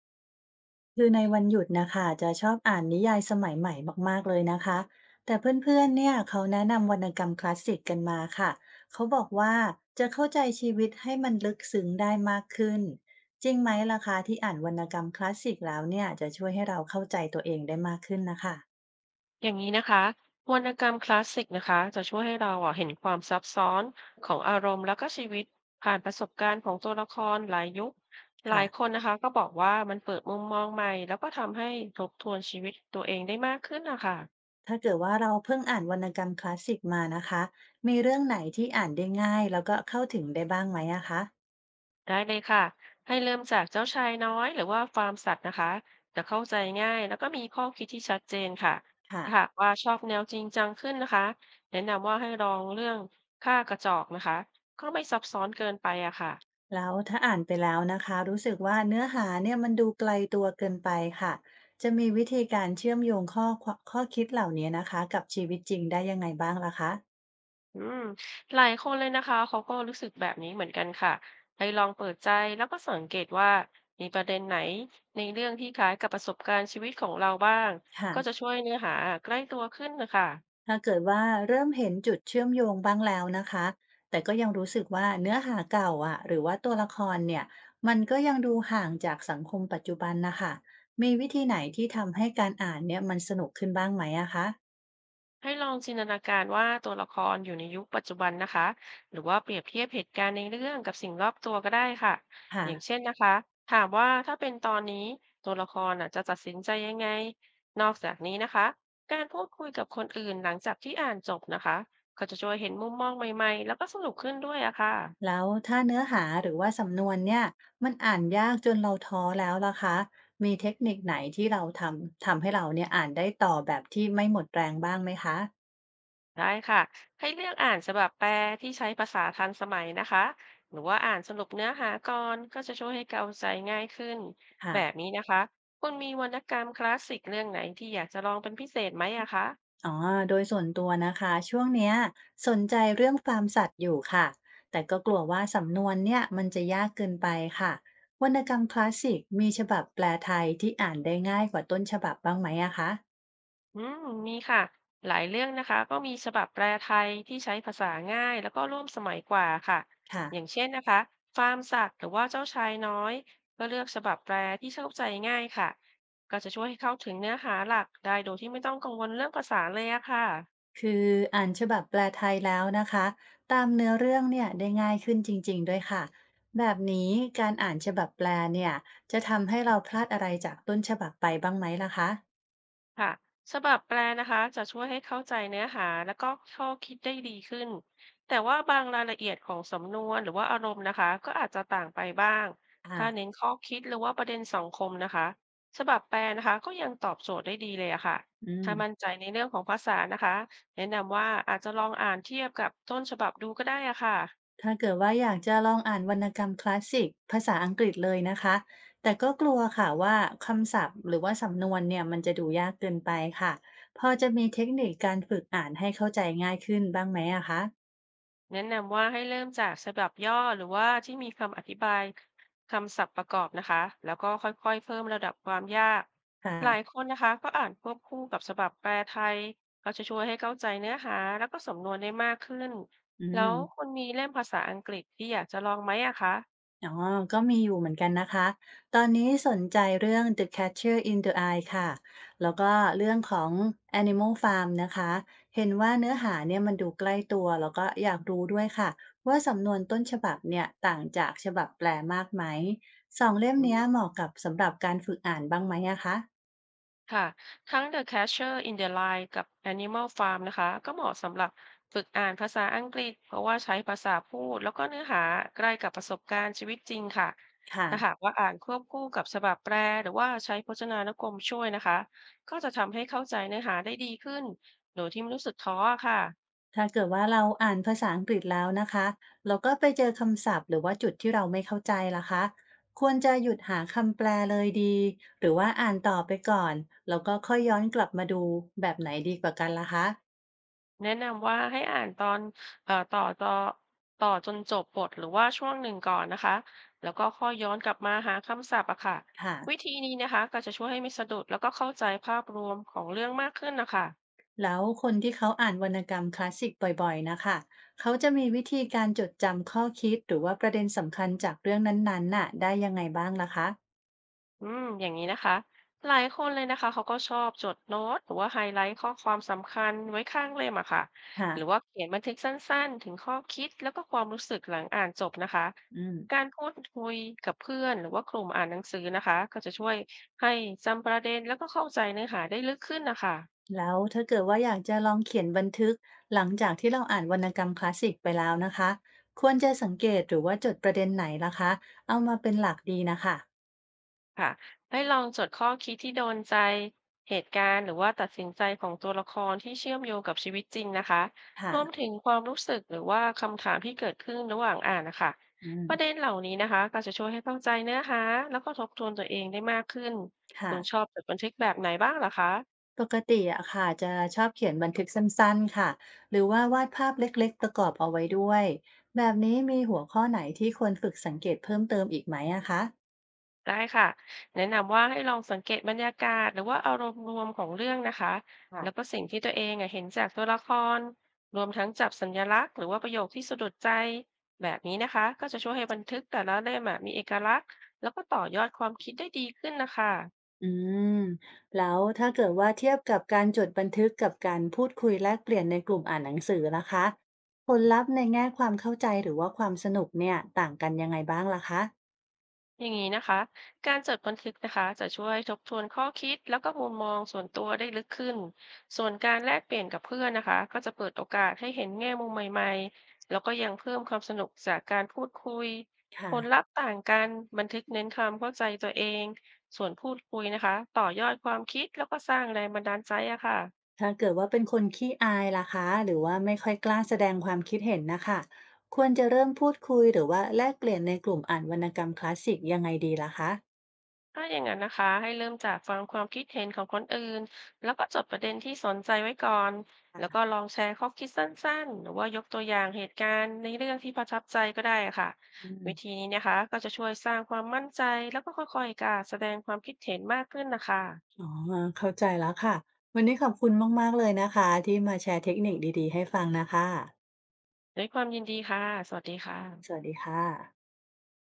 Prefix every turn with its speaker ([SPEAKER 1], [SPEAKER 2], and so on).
[SPEAKER 1] คือในวันหยุดนะคะจะชอบอ่านนิยายสมัยใหม่มากๆเลยนะคะแต่เพื่อนๆเนี่ยเขาแนะนำวรรณกรรมคลาสสิกกันมาค่ะเขาบอกว่าจะเข้าใจชีวิตให้มันลึกซึ้งได้มากขึ้นจริงไหมล่ะคะที่อ่านวรรณกรรมคลาสสิกแล้วเนี่ยจะช่วยให้เราเข้าใจตัวเองได้มากขึ้นนะคะ
[SPEAKER 2] อย่างนี้นะคะวรรณกรรมคลาสสิกนะคะจะช่วยให้เราอ่ะเห็นความซับซ้อนของอารมณ์แล้วก็ชีวิตผ่านประสบการณ์ของตัวละครหลายยุคหลา
[SPEAKER 1] ค่ะ
[SPEAKER 2] ยคนนะคะก็บอกว่ามันเปิดมุมมองใหม่แล้วก็ทำให้ทบทวนชีวิตตัวเองได้มากขึ้นนะคะ
[SPEAKER 1] ถ้าเกิดว่าเราเพิ่งอ่านวรรณกรรมคลาสสิกมานะคะมีเรื่องไหนที่อ่านได้ง่ายแล้วก็เข้าถึงได้บ้างไหมอะคะ
[SPEAKER 2] ได้เลยค่ะให้เริ่มจากเจ้าชายน้อยหรือว่าฟาร์มสัตว์นะคะจะเข้าใจง่ายแล้วก็มีข้อคิดที่ชัดเจนค่ะ
[SPEAKER 1] ค่ะ
[SPEAKER 2] ถ้าหากว่าชอบแนวจริงจังขึ้นนะคะแนะนำว่าให้ลองเรื่องฆ่ากระจอกนะคะก็ไม่ซับซ้อนเกินไปอะค่ะ
[SPEAKER 1] แล้วถ้าอ่านไปแล้วนะคะรู้สึกว่าเนื้อหาเนี่ยมันดูไกลตัวเกินไปค่ะจะมีวิธีการเชื่อมโยงข้อคิดเหล่านี้นะคะกับชีวิตจริงได้ยังไงบ้างล่ะคะ
[SPEAKER 2] อืมหลายคนเลยนะคะเขาก็รู้สึกแบบนี้เหมือนกันค่ะให้ลองเปิดใจแล้วก็สังเกตว่ามีประเด็นไหนในเรื่องที่คล้ายกับประสบการณ์ชีวิตของเราบ้าง
[SPEAKER 1] ค่ะ
[SPEAKER 2] ก็จะช่วยเนื้อหาใกล้ตัวขึ้นนะคะ
[SPEAKER 1] ถ้าเกิดว่าเริ่มเห็นจุดเชื่อมโยงบ้างแล้วนะคะแต่ก็ยังรู้สึกว่าเนื้อหาเก่าอ่ะหรือว่าตัวละครเนี่ยมันก็ยังดูห่างจากสังคมปัจจุบันนะคะมีวิธีไหนที่ทำให้การอ่านเนี่ยมันสนุกขึ้นบ้างไหมอะคะ
[SPEAKER 2] ให้ลองจินตนาการว่าตัวละครอยู่ในยุคปัจจุบันนะคะหรือว่าเปรียบเทียบเหตุการณ์ในเรื่องกับสิ่งรอบตัวก็ได้ค่ะอย่าง
[SPEAKER 1] ค่ะ
[SPEAKER 2] เช่นนะคะถามว่าถ้าเป็นตอนนี้ตัวละครน่ะจะตัดสินใจยังไงนอกจากนี้นะคะการพูดคุยกับคนอื่นหลังจากที่อ่านจบนะคะก็จะช่วยเห็นมุมมองใหม่ๆแล้วก็สนุกขึ้นด้วยอะค่ะ
[SPEAKER 1] แล้วถ้าเนื้อหาหรือว่าสำนวนเนี่ยมันอ่านยากจนเราท้อแล้วล่ะคะมีเทคนิคไหนที่เราทำให้เราเนี่ยอ่านได้ต่อแบบที่ไม่หมดแรงบ้างไหมคะ
[SPEAKER 2] ได้ค่ะให้เลือกอ่านฉบับแปลที่ใช้ภาษาทันสมัยนะคะหรือว่าอ่านสรุปเนื้อหาก่อนก็จะช่วยให้เข้าใจง่ายขึ้นแบบ
[SPEAKER 1] ค่ะ
[SPEAKER 2] นี้นะคะคุณมีวรรณกรรมคลาสสิกเรื่องไหนที่อยากจะลองเป็นพิเศษไหมอะคะ
[SPEAKER 1] อ๋อโดยส่วนตัวนะคะช่วงเนี้ยสนใจเรื่องฟาร์มสัตว์อยู่ค่ะแต่ก็กลัวว่าสำนวนเนี่ยมันจะยากเกินไปค่ะวรรณกรรมคลาสสิกมีฉบับแปลไทยที่อ่านได้ง่ายกว่าต้นฉบับบ้างไหมอะคะ
[SPEAKER 2] อืมมีค่ะหลายเรื่องนะคะก็มีฉบับแปลไทยที่ใช้ภาษาง่ายแล้วก็ร่วมสมัยกว่าค่ะ
[SPEAKER 1] ค่ะ
[SPEAKER 2] อย่างเช่นนะคะฟาร์มสัตว์หรือว่าเจ้าชายน้อยก็เลือกฉบับแปลที่เข้าใจง่ายค่ะก็จะช่วยให้เข้าถึงเนื้อหาหลักได้โดยที่ไม่ต้องกังวลเรื่องภาษาเลยอะค่ะ
[SPEAKER 1] คืออ่านฉบับแปลไทยแล้วนะคะตามเนื้อเรื่องเนี่ยได้ง่ายขึ้นจริงๆด้วยค่ะแบบนี้การอ่านฉบับแปลเนี่ยจะทำให้เราพลาดอะไรจากต้นฉบับไปบ้างไหมล่ะคะ
[SPEAKER 2] ค่ะฉบับแปลนะคะจะช่วยให้เข้าใจเนื้อหาและก็ข้อคิดได้ดีขึ้น แต่ว่าบางรายละเอียดของสำนวนหรือว่าอารมณ์นะคะก็อาจจะต่างไปบ้าง
[SPEAKER 1] อ่า
[SPEAKER 2] ถ้าเน้นข้อคิดหรือว่าประเด็นสังคมนะคะฉบับแปลนะคะก็ยังตอบโจทย์ได้ดีเลยอะค่ะ
[SPEAKER 1] อื
[SPEAKER 2] ถ้ามั่น
[SPEAKER 1] ม
[SPEAKER 2] ใจในเรื่องของภาษานะคะแนะนำว่าอาจจะลองอ่านเทียบกับต้นฉบับดูก็ได้อะค่ะ
[SPEAKER 1] ถ้าเกิดว่าอยากจะลองอ่านวรรณกรรมคลาสสิกภาษาอังกฤษเลยนะคะแต่ก็กลัวค่ะว่าคำศัพท์หรือว่าสำนวนเนี่ยมันจะดูยากเกินไปค่ะพอจะมีเทคนิคการฝึกอ่านให้เข้าใจง่ายขึ้นบ้างไหมอะคะ
[SPEAKER 2] แนะนำว่าให้เริ่มจากฉบับย่อหรือว่าที่มีคำอธิบายคำศัพท์ประกอบนะคะแล้วก็ค่อยๆเพิ่มระดับความยากหลายค
[SPEAKER 1] ค่ะ
[SPEAKER 2] นนะคะก็อ่านควบคู่กับฉบับแปลไทยก็จะช่วยให้เข้าใจเนื้อหาแล้วก็สำนวนได้มากขึ้น
[SPEAKER 1] อื
[SPEAKER 2] แล้วคุ
[SPEAKER 1] ม
[SPEAKER 2] ณมีเล่มภาษาอังกฤษที่อยากจะลองไหมอะคะ
[SPEAKER 1] อ๋อก็มีอยู่เหมือนกันนะคะ ตอนนี้สนใจเรื่อง The Catcher in the Rye ค่ะ แล้วก็เรื่องของ Animal Farm นะคะ เห็นว่าเนื้อหาเนี่ยมันดูใกล้ตัว แล้วก็อยากรู้ด้วยค่ะ ว่าสำนวนต้นฉบับเนี่ยต่างจากฉบับแปลมากไหม สองเล่มเนี้ยเหมาะกับสำหรับการฝึกอ่านบ้างไหมอะคะ
[SPEAKER 2] ค่ะ ทั้ง The Catcher in the Rye กับ Animal Farm นะคะ ก็เหมาะสำหรับฝึกอ่านภาษาอังกฤษ เพราะว่าใช้ภาษาพูดแล้วก็เนื้อหาใกล้กับประสบการณ์ชีวิตจริงค่ะ
[SPEAKER 1] ค่ะ
[SPEAKER 2] ถ้าหากว่าอ่านควบคู่กับฉบับแปลหรือว่าใช้พจนานุกรมช่วยนะคะ ก็จะทำให้เข้าใจเนื้อหาได้ดีขึ้นโดยที่ไม่รู้สึกท้อค่ะ
[SPEAKER 1] ถ้าเกิดว่าเราอ่านภาษาอังกฤษแล้วนะคะเราก็ไปเจอคำศัพท์หรือว่าจุดที่เราไม่เข้าใจล่ะคะควรจะหยุดหาคำแปลเลยดีหรือว่าอ่านต่อไปก่อนแล้วก็ค่อยย้อนกลับมาดูแบบไหนดีกว่ากันล่ะคะ
[SPEAKER 2] แนะนำว่าให้อ่านตอนเอ่อต่อจอต่อจนจบบทหรือว่าช่วงหนึ่งก่อนนะคะแล้วก็ค่อยย้อนกลับมาหาคำศัพท์อะค่ะ
[SPEAKER 1] ค่ะ
[SPEAKER 2] วิธีนี้นะคะก็จะช่วยให้ไม่สะดุดแล้วก็เข้าใจภาพรวมของเรื่องมากขึ้นนะคะ
[SPEAKER 1] แล้วคนที่เขาอ่านวรรณกรรมคลาสสิกบ่อยๆนะคะเขาจะมีวิธีการจดจำข้อคิดหรือว่าประเด็นสำคัญจากเรื่องนั้นๆน่ะได้ยังไงบ้างล่ะคะ
[SPEAKER 2] อย่างนี้นะคะหลายคนเลยนะคะเขาก็ชอบจดโน้ตหรือว่าไฮไลท์ข้อความสำคัญไว้ข้างเล่มอะค่ะ
[SPEAKER 1] ค่ะ
[SPEAKER 2] หรือว่าเขียนบันทึกสั้นๆถึงข้อคิดแล้วก็ความรู้สึกหลังอ่านจบนะคะ
[SPEAKER 1] อืม
[SPEAKER 2] การพูดคุยกับเพื่อนหรือว่ากลุ่มอ่านหนังสือนะคะก็จะช่วยให้จำประเด็นแล้วก็เข้าใจเนื้อหาได้ลึกขึ้นนะคะ
[SPEAKER 1] แล้วถ้าเกิดว่าอยากจะลองเขียนบันทึกหลังจากที่เราอ่านวรรณกรรมคลาสสิกไปแล้วนะคะควรจะสังเกตหรือว่าจดประเด็นไหนล่ะคะเอามาเป็นหลักดีนะคะ
[SPEAKER 2] ค่ะให้ลองจดข้อคิดที่โดนใจเหตุการณ์หรือว่าตัดสินใจของตัวละครที่เชื่อมโยงกับชีวิตจริงนะคะร
[SPEAKER 1] ค่ะ
[SPEAKER 2] วมถึงความรู้สึกหรือว่าคำถามที่เกิดขึ้นระหว่างอ่านนะคะ
[SPEAKER 1] อื
[SPEAKER 2] ประเด็
[SPEAKER 1] ม
[SPEAKER 2] นเหล่านี้นะคะก็จะช่วยให้เข้าใจเนื้อหาแล้วก็ทบทวนตัวเองได้มากขึ้นคุ
[SPEAKER 1] ค่ะ
[SPEAKER 2] ณชอบจดบันทึกแบบไหนบ้างเหรอคะ
[SPEAKER 1] ปกติอะค่ะจะชอบเขียนบันทึกสั้นๆค่ะหรือว่าวาดภาพเล็กๆประกอบเอาไว้ด้วยแบบนี้มีหัวข้อไหนที่ควรฝึกสังเกตเพิ่มเติมอีกไหมอะคะ
[SPEAKER 2] ได้ค่ะแนะนำว่าให้ลองสังเกตบรรยากาศหรือว่าอารมณ์รวมของเรื่องนะคะแล้วก็สิ่งที่ตัวเองอะเห็นจากตัวละครรวมทั้งจับสัญลักษณ์หรือว่าประโยคที่สะดุดใจแบบนี้นะคะก็จะช่วยให้บันทึกแต่ละเล่มอะมีเอกลักษณ์แล้วก็ต่อยอดความคิดได้ดีขึ้นนะคะ
[SPEAKER 1] อืมแล้วถ้าเกิดว่าเทียบกับการจดบันทึกกับการพูดคุยแลกเปลี่ยนในกลุ่มอ่านหนังสือล่ะคะผลลัพธ์ในแง่ความเข้าใจหรือว่าความสนุกเนี่ยต่างกันยังไงบ้างล่ะคะ
[SPEAKER 2] อย่างนี้นะคะ การจดบันทึกนะคะจะช่วยทบทวนข้อคิดแล้วก็มุมมองส่วนตัวได้ลึกขึ้นส่วนการแลกเปลี่ยนกับเพื่อนนะคะก็จะเปิดโอกาสให้เห็นแง่มุมใหม่ๆแล้วก็ยังเพิ่มความสนุกจากการพูดคุยผลลั
[SPEAKER 1] ค่ะ
[SPEAKER 2] พธ์ต่างกันบันทึกเน้นความเข้าใจตัวเอง ส่วนพูดคุยนะคะต่อยอดความคิดแล้วก็สร้างแรงบันดาลใจอะค่ะ
[SPEAKER 1] ถ้าเกิดว่าเป็นคนขี้อายล่ะคะหรือว่าไม่ค่อยกล้าแสดงความคิดเห็นนะคะควรจะเริ่มพูดคุยหรือว่าแลกเปลี่ยนในกลุ่มอ่านวรรณกรรมคลาสสิกยังไงดีล่ะคะ
[SPEAKER 2] ถ้าอย่างนั้นนะคะให้เริ่มจากฟังความคิดเห็นของคนอื่นแล้วก็จดประเด็นที่สนใจไว้ก่อนแล้วก็
[SPEAKER 1] ค่ะ
[SPEAKER 2] ลองแชร์ข้อคิดสั้นๆหรือว่ายกตัวอย่างเหตุการณ์ในเรื่องที่ประทับใจก็ได้ค่ะ
[SPEAKER 1] อืม
[SPEAKER 2] วิธีนี้นะคะก็จะช่วยสร้างความมั่นใจแล้วก็ค่อยๆกล้าแสดงความคิดเห็นมากขึ้นนะคะ
[SPEAKER 1] อ๋อเข้าใจแล้วค่ะวันนี้ขอบคุณมากๆเลยนะคะที่มาแชร์เทคนิคดีๆให้ฟังนะคะ
[SPEAKER 2] ด้วยความยินดีค่ะสวัสดีค่ะ
[SPEAKER 1] สวัสดีค่ะ